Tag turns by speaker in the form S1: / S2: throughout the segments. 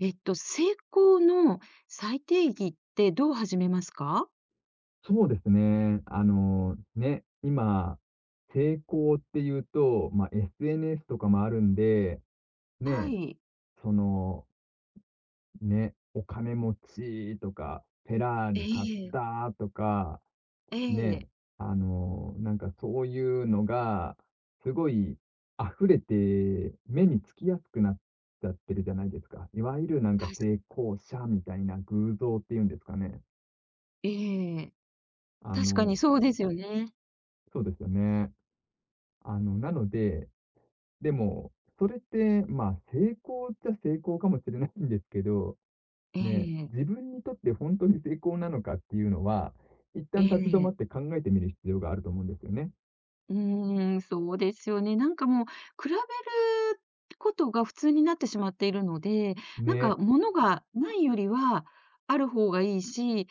S1: 成功の再定義ってどう始めますか？
S2: そうですね。ね、今、成功っていうと、まあ、SNS とかもあるんで、
S1: は
S2: ね、
S1: い。
S2: その、ね、お金持ちとか、フェラー
S1: え
S2: リ買っ
S1: え、
S2: たとか、
S1: ええ、
S2: ね、なんかそういうのが、すごい溢れて、目につきやすくなっちゃってるじゃないですか。いわゆるなん
S1: た
S2: か
S1: し
S2: 成功者みたいな偶像っていうんですかね。
S1: ええ、
S2: あ
S1: 確かに
S2: の
S1: そうですよね。
S2: そうですよね。あの、なのででも、それって、まあ、成功っちゃ成功かもしれないんですけど、
S1: え
S2: ね、
S1: え、
S2: 自分にとって本当に成功なのかっていうのは、一
S1: え
S2: 旦立ち止ま
S1: え、
S2: って考えてみる必要があると思うんですよね。
S1: うーん、そうですよね。なんかもう、比べることが普通になってしまっているので、なんか
S2: ね、
S1: 物がないよりはある方がいいし、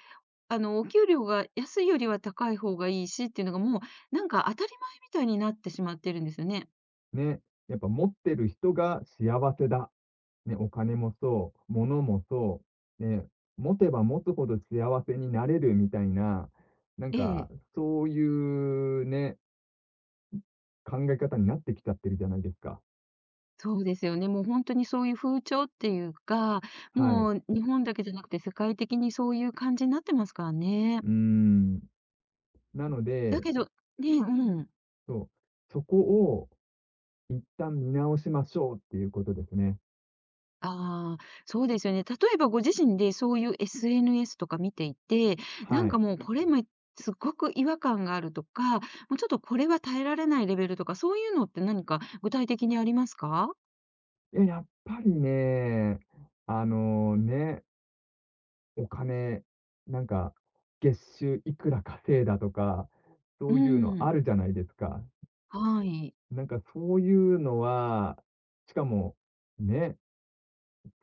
S1: お給料が安いよりは高い方がいいしっていうのが、もうなんか当たり前みたいになってしまってるんですよね。
S2: ね、やっぱ持ってる人が幸せだ。ね、お金もそう、物もそう、ね、持てば持つほど幸せになれるみたいな、なん
S1: え
S2: か、
S1: え。
S2: そういうね、考え方になってきちゃってるじゃないですか。
S1: そうですよね。もう本当にそういう風潮っていうか、
S2: はい。
S1: もう日本だけじゃなくて世界的にそういう感じになってますからね。
S2: うーん。なの
S1: だ
S2: で
S1: けどね、うん。
S2: そう、そこを一旦見直しましょうっていうことですね。
S1: ああ、そうですよね。例えばご自身でそういう SNS とか見ていて、なん
S2: はい。
S1: かもうこれもすごく違和感があるとか、もうちょっとこれは耐えられないレベルとか、そういうのって何か具体的にありますか？
S2: やっぱりね、ね、お金、なんか、月収いくら稼いだとか、
S1: う
S2: そういうのあ
S1: ん。
S2: るじゃないですか。
S1: はい。
S2: なんかそういうのは、しかも、ね、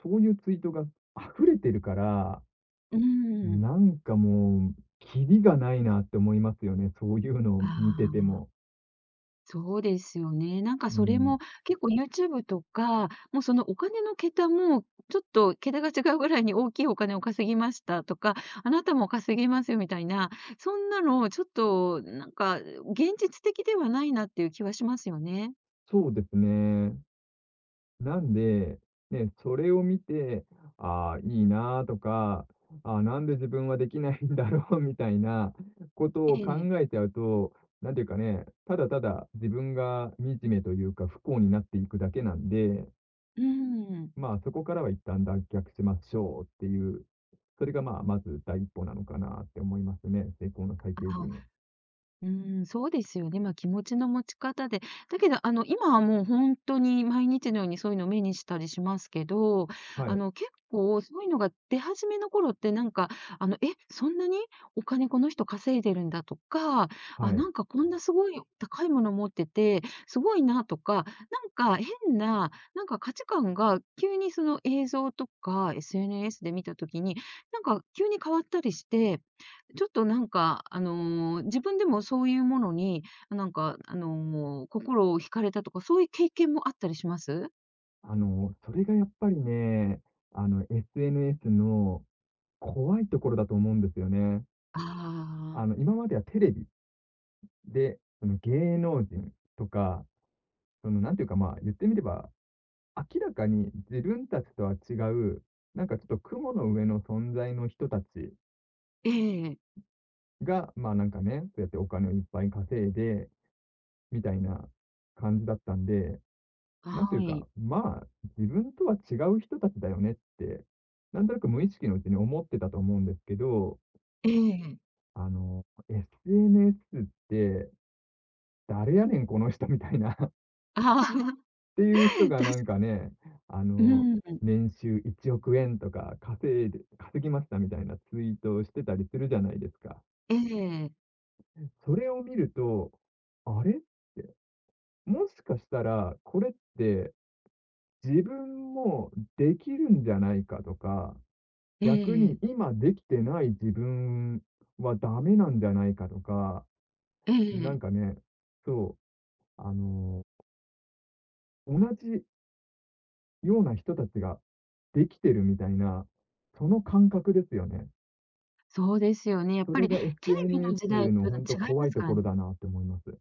S2: そういうツイートが溢れてるから、
S1: うん。
S2: なんかもう、キリがないなって思いますよね、そういうのを
S1: あ
S2: 見てて
S1: あ。
S2: も。
S1: そうですよね。なんか
S2: う
S1: それ
S2: ん、
S1: も結構 YouTube とか、もうそのお金の桁も、ちょっと桁が違うぐらいに大きいお金を稼ぎましたとか、あなたも稼げますよみたいな、そんなのちょっとなんか、現実的ではないなっていう気はしますよね。
S2: そうですね。なんで、ね、それを見て、ああ、いいなとか、ああ、なんで自分はできないんだろう みたいなこと
S1: え
S2: を考
S1: え。
S2: えちゃうと、なんていうかね、ただただ自分が惨めというか不幸になっていくだけなんで、
S1: うーん。
S2: まあそこからは一旦脱却しましょうっていう、それがまあまず第一歩なのかなって思いますね、成功の最低限の。
S1: あ。うーん、そうですよね。まあ、気持ちの持ち方で、だけど、今はもう本当に毎日のようにそういうのを目にしたりしますけど、
S2: はい、
S1: 結構そういうのが出始めの頃ってなんか、そんなにお金この人稼いでるんだとか、
S2: は
S1: あ、
S2: い。
S1: なんかこんなすごい高いもの持ってて、すごいなとか、なんか変な、なんか価値観が急にその映像とか SNS で見た時に、なんか急に変わったりしてちょっとなんか、自分でもそういうものに、なんか、心を惹かれたとか、そういう経験もあったりします？
S2: それがやっぱりね、あの SNS の怖いところだと思うんですよね。
S1: あ
S2: あ
S1: あー、
S2: の、今まではテレビで、その芸能人とか、その、なんていうか、まあ、言ってみれば、明らかに自分たちとは違う、なんかちょっと雲の上の存在の人たち
S1: ええ、
S2: が、まあ、なんかね、そうやってお金をいっぱい稼いで、みたいな感じだったんで、なんてい
S1: は
S2: うか、
S1: い、
S2: まあ、自分とは違う人たちだよねって、なんとなく無意識のうちに思ってたと思うんですけど、
S1: ええ、
S2: SNS って、誰やねんこの人みたいな っ
S1: ああ、
S2: ていう人
S1: 確
S2: が
S1: か
S2: なんかね、あ
S1: に
S2: の、
S1: うん、
S2: 年収1億円とか稼いで稼ぎましたみたいなツイートをしてたりするじゃないですか。
S1: ええ、
S2: それを見ると、あれって、もしかしたらこれって自分もできるんじゃないかとか、
S1: え
S2: 逆
S1: え、
S2: に今できてない自分はダメなんじゃないかとか、
S1: え
S2: なん
S1: え、
S2: かね、そう、あの、同じような人たちができてるみたいな、その感覚ですよね。
S1: そうですよね。やっ
S2: そ
S1: ぱ
S2: れ
S1: りテレ
S2: が
S1: ビの時代
S2: SNS の
S1: と違い
S2: ほんと怖
S1: ま
S2: い
S1: す
S2: と
S1: か
S2: こ
S1: ら
S2: ろ
S1: ね。
S2: だなって思います。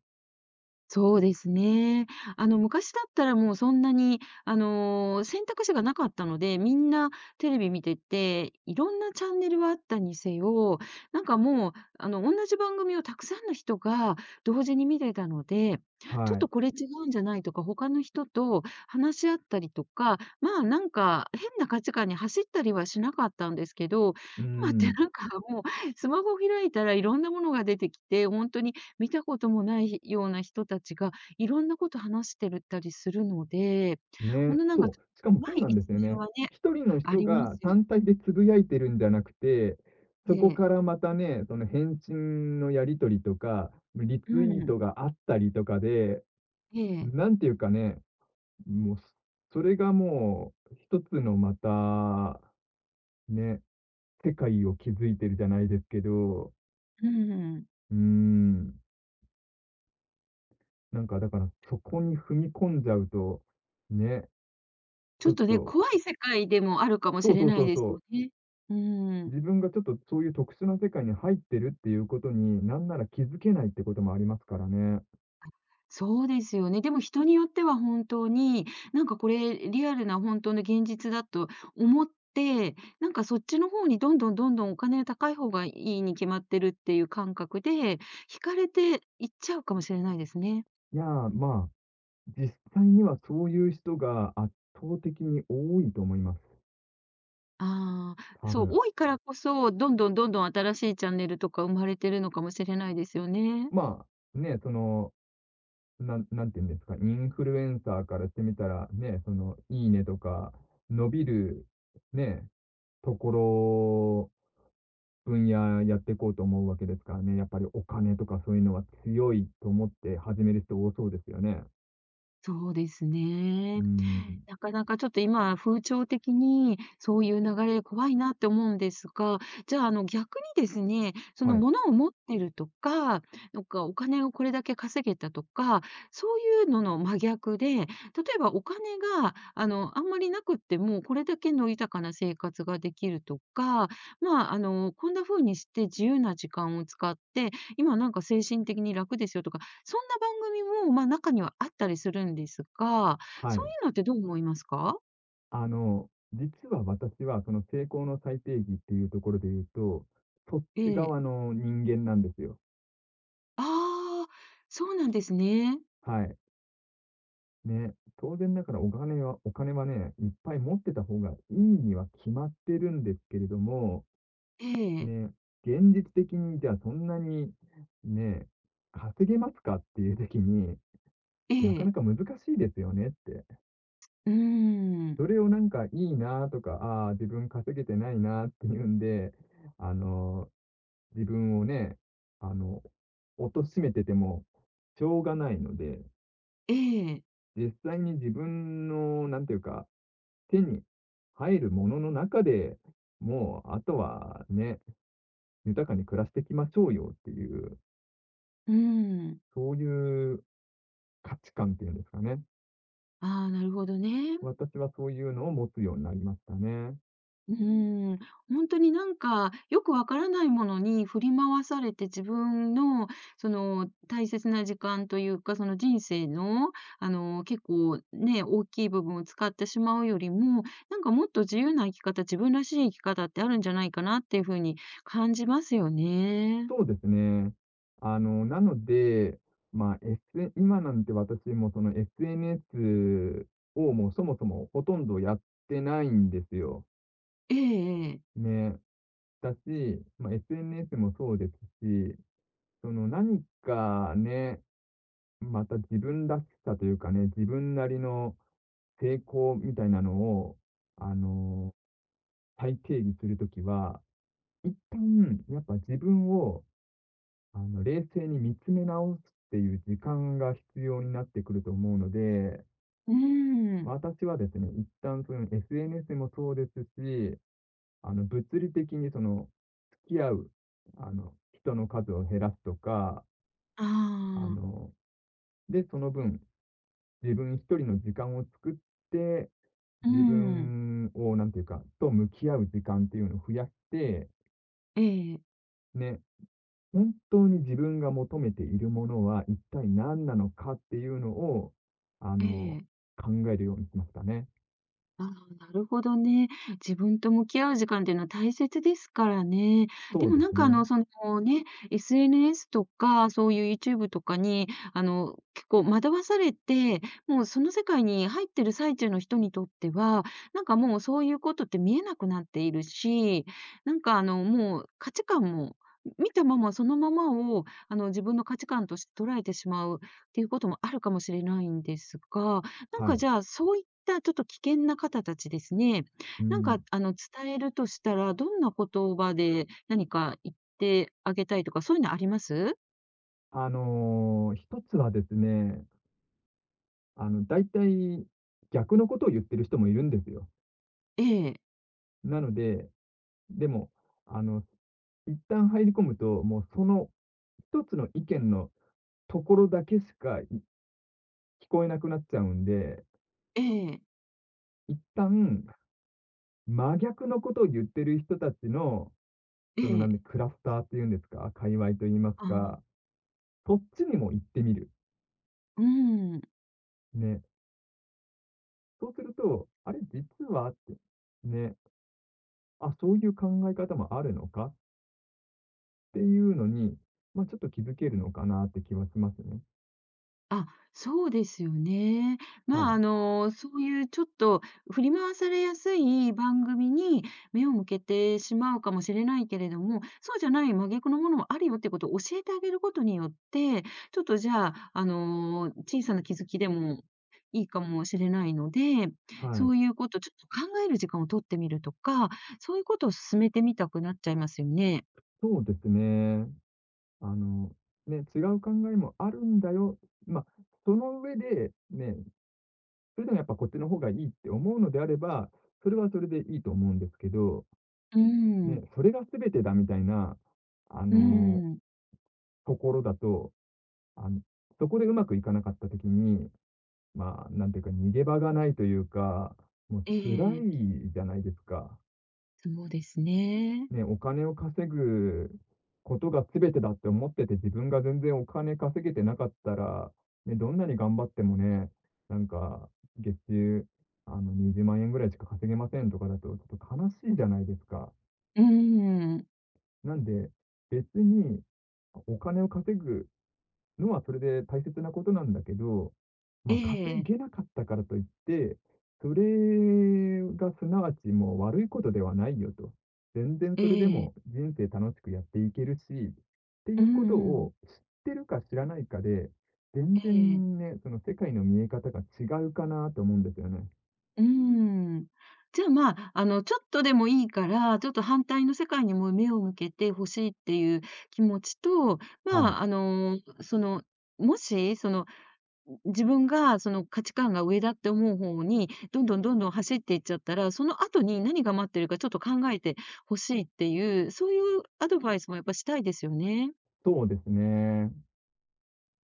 S1: そうですね。昔だったらもうそんなに、選択肢がなかったので、みんなテレビ見てて、いろんなチャンネルはあったにせよ、なんかもう、同じ番組をたくさんの人が同時に見てたので、ちょっ
S2: は
S1: と
S2: い。
S1: これ違うんじゃないとか、他の人と話し合ったりとか、まあ、なんか変な価値観に走ったりはしなかったんですけど、
S2: うー
S1: 今って
S2: ん。
S1: なんかもうスマホ開いたらいろんなものが出てきて、本当に見たこともないような人たちが、いろんなこと話してるったりするので、ほん
S2: ね、
S1: となんか、
S2: そう、しかも
S1: 怖
S2: そう
S1: い
S2: なん
S1: 一
S2: ですよ
S1: 面
S2: ね。
S1: はね、
S2: 一人の
S1: あ
S2: 人
S1: りま
S2: が
S1: すよ
S2: 単体でつぶやいてるんじゃなくて、そこ
S1: ね。
S2: からまたね、その返信のやり取りとか、リ
S1: う
S2: ツイー
S1: ん。
S2: トがあったりとかで、
S1: ええ。
S2: なんていうかね、もう、それがもう一つのまた、ね世界を築いてるじゃないですけど、
S1: うん。
S2: うーん、なんかだからそこに踏み込んじゃうと、ね、
S1: ち
S2: ち
S1: ょっ
S2: ょっ
S1: とね、
S2: と、
S1: 怖い世界でもあるかも
S2: そ
S1: し
S2: う
S1: れ
S2: そう
S1: な
S2: そ
S1: い
S2: う
S1: ですよ
S2: そ
S1: ね。う
S2: う、
S1: ん。
S2: 自分がちょっとそういう特殊な世界に入ってるっていうことに、なんなら気づけないってこともありますからね。
S1: そうですよね。でも人によっては本当に、なんかこれリアルな本当の現実だと思って、なんかそっちの方にどんどんどんどんお金が高い方がいいに決まってるっていう感覚で、惹かれていっちゃうかもしれないですね。
S2: いやー、まあ、実際にはそういう人が圧倒的に多いと思います、
S1: ああ、
S2: 多
S1: そう、
S2: 分。
S1: 多いからこそ、どんどんどんどん新しいチャンネルとか生まれてるのかもしれないですよね。
S2: まあ、ね、その、なんて言うんですか、インフルエンサーからしてみたら、ね、その、いいねとか、伸びる、ね、ところ、分野やっていこうと思うわけですからね。やっぱりお金とかそういうのは強いと思って始める人多そうですよね。
S1: そうです
S2: う
S1: ね。
S2: ーん。
S1: なかなかちょっと今、風潮的にそういう流れ怖いなって思うんですが、じゃあ、逆にですね、そ
S2: は
S1: の
S2: い。
S1: 物を持ってるとか、なんかお金をこれだけ稼げたとか、そういうのの真逆で、例えばお金が、あんまりなくっても、これだけの豊かな生活ができるとか、まあ、こんな風にして自由な時間を使って、今なんか精神的に楽ですよとかそんな番組も、まあ、中にはあったりするんですが、
S2: は
S1: そう
S2: い。
S1: いうのってどう思いますか？
S2: あの、実は私はその成功の最定義っていうところで言うと、そっ
S1: え
S2: ち
S1: え。
S2: 側の人間なんですよ。
S1: ああ、そうなんですね。
S2: はい。ね。当然だからお金はね、いっぱい持ってた方がいいには決まってるんですけれども、
S1: ええ、
S2: ね、現実的にじゃあそんなに、ね、稼げますかっていう時に、
S1: え
S2: なかな
S1: え、
S2: か難しいですよねって。
S1: うーん、
S2: それをなんかいいなとか、ああ、自分稼げてないなっていうんで、あの、自分をね、あの、貶めててもしょうがないので、
S1: ええ、
S2: 実際に自分の、なんていうか、手に入るものの中で、もうあとはね、豊かに暮らしていきましょうよっていう、
S1: うーん。
S2: そういう価値観っていうんですかね。
S1: ああ、なるほどね。
S2: 私はそういうのを持つようになりましたね。
S1: うーん、本当になんか、よくわからないものに振り回されて、自分のその大切な時間というか、その人生の、結構ね、大きい部分を使ってしまうよりも、なんかもっと自由な生き方、自分らしい生き方ってあるんじゃないかなっていう風に感じますよね。
S2: そうですね。あの、なので、まあ、今なんて私もその SNS をもうそもそもほとんどやってないんですよ。
S1: ええええ。
S2: ね。だし、まあ、SNS もそうですし、その何かね、また自分らしさというかね、自分なりの成功みたいなのを、あの、再定義するときは、一旦、やっぱ自分を、冷静に見つめ直すっていう時間が必要になってくると思うので、
S1: うーん。
S2: 私はですね、一旦その SNS もそうですし、あの、物理的にその、付き合う、あの、人の数を減らすとか、
S1: あ
S2: あ
S1: あ、
S2: の、で、その分、自分一人の時間を作って、
S1: う
S2: 自
S1: ん。
S2: 分を、なんていうか、と向き合う時間っていうのを増やして、
S1: ええ、
S2: ね、本当に自分が求めているものは一体何なのかっていうのを、あ
S1: え
S2: の、
S1: え。
S2: 考えるようにしましたね。
S1: ああ、なるほどね。自分と向き合う時間っていうのは大切ですからね。で
S2: そう
S1: も
S2: で
S1: なん
S2: す
S1: か
S2: ね。
S1: そのね、SNS とか、そういう YouTube とかに、結構惑わされて、もうその世界に入ってる最中の人にとっては、なんかもうそういうことって見えなくなっているし、なんかもう価値観も、見たままそのままを自分の価値観として捉えてしまうっていうこともあるかもしれないんですが、なん
S2: は
S1: か
S2: い。
S1: じゃあ、そういったちょっと危険な方たちですね、
S2: う
S1: なんか
S2: ん。
S1: 伝えるとしたら、どんな言葉で何か言ってあげたいとか、そういうのあります？
S2: あの、一つはですね、あの、大体逆のことを言ってる人もいるんですよ。
S1: ええ、
S2: なので、でも、あの、一旦入り込むと、もうその一つの意見のところだけしかい聞こえなくなっちゃうんで、
S1: ええ、
S2: 一旦真逆のことを言ってる人たちの
S1: え
S2: その、な
S1: え、
S2: んで、クラスターっていうんですか、界隈と言います
S1: ああ、
S2: か、そっちにも行ってみる。
S1: うーん。
S2: ね。そうすると、あれ実はって、ね、あ、そういう考え方もあるのかっていうのに、ま、ちょっと気づけるのかなって気はしますね。
S1: あ、そうですよね。
S2: は
S1: まあ、
S2: い。
S1: そういうちょっと振り回されやすい番組に目を向けてしまうかもしれないけれども、そうじゃない真逆のものもあるよってことを教えてあげることによって、ちょっとじゃあ、小さな気づきでもいいかもしれないので、
S2: は
S1: そ
S2: い。
S1: ういうこと、ちょっと考える時間を取ってみるとか、そういうことを進めてみたくなっちゃいますよね。
S2: そうですね。あの、ね、違う考えもあるんだよ。まあ、その上で、ね、それでもやっぱこっちの方がいいって思うのであれば、それはそれでいいと思うんですけど、
S1: う
S2: ね、
S1: ん、
S2: それが全てだみたいな、あ
S1: う
S2: の
S1: ん、
S2: ところだと、あの、そこでうまくいかなかった時に、まあ、なんていうか、逃げ場がないというか、もう
S1: え
S2: 辛
S1: え、
S2: いじゃないですか。
S1: そうですね。
S2: ね、お金を稼ぐことが全てだって思ってて、自分が全然お金稼げてなかったら、ね、どんなに頑張ってもね、なんか、月給、20万円ぐらいしか稼げませんとかだと、ちょっと悲しいじゃないですか。
S1: うーん。
S2: なんで、別にお金を稼ぐのはそれで大切なことなんだけど、
S1: え
S2: まあ、稼
S1: え、
S2: げなかったからといって、それがすなわちもう悪いことではないよと。全然
S1: え
S2: それでも
S1: え。
S2: 人生楽しくやっていけるし、って
S1: う
S2: い
S1: ん
S2: うこと
S1: うん。
S2: を知ってるか知らないかで、
S1: え
S2: 全
S1: え。
S2: 然ね、その世界の見え方が違うかなと思うんですよね。
S1: うーん。じゃあ、まあ、ちょっとでもいいから、ちょっと反対の世界にも目を向けて欲しいっていう気持ちと、
S2: は
S1: ま
S2: い。
S1: あ、もし、自分がその価値観が上だって思う方に、どんどんどんどん走っていっちゃったら、その後に何が待ってるかちょっと考えて欲しいっていう、そういうアドバイスもやっぱしたいですよね。
S2: そうですね。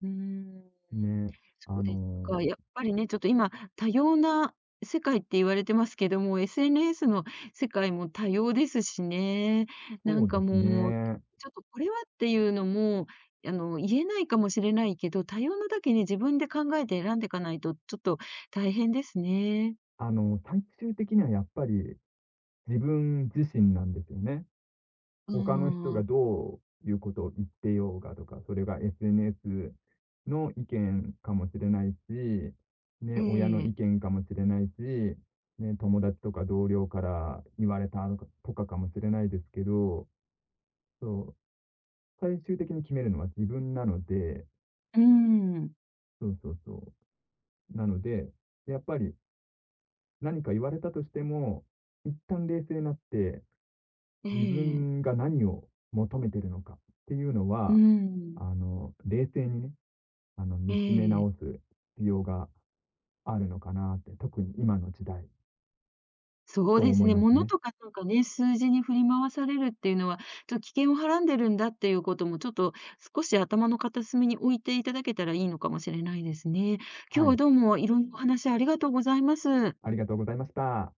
S1: うーん。
S2: ね。
S1: そ
S2: あ
S1: うです
S2: の、
S1: か。やっぱりね、ちょっと今、多様な世界って言われてますけども、SNS の世界も多様ですしね。な
S2: そ
S1: ん
S2: うで
S1: か
S2: す
S1: もう、
S2: ね。
S1: ちょっとこれはっていうのも、言えないかもしれないけど、多様なだけに自分で考えて選んでいかないと、ちょっと大変ですね。
S2: あの、最終的にはやっぱり自分自身なんですよね。
S1: う
S2: 他の人
S1: ー
S2: が
S1: ん。
S2: どういうことを言ってようがとか、それが SNS の意見かもしれないし、
S1: え
S2: ね、親の
S1: え。
S2: 意見かもしれないし、ね、友達とか同僚から言われたとかかもしれないですけど、そう、最終的に決めるのは自分なので、
S1: うーん。
S2: そうそうそう。なので、やっぱり何か言われたとしても、一旦冷静になって、
S1: え
S2: 自
S1: え。
S2: 分が何を求めてるのかっていうの
S1: うー
S2: は、
S1: ん。
S2: 冷静にね、
S1: え
S2: 見つめ
S1: え。
S2: 直す必要があるのかなって、特に今の時代、
S1: そう
S2: と
S1: です
S2: 思い
S1: ね、
S2: ます
S1: 物
S2: ね。
S1: とかなんかね、数字に振り回されるっていうのは、ちょっと危険をはらんでるんだっていうことも、ちょっと少し頭の片隅に置いていただけたらいいのかもしれないですね。今
S2: は
S1: 日は
S2: い、
S1: どうもいろんなお話ありがとうございます。
S2: ありがとうございました。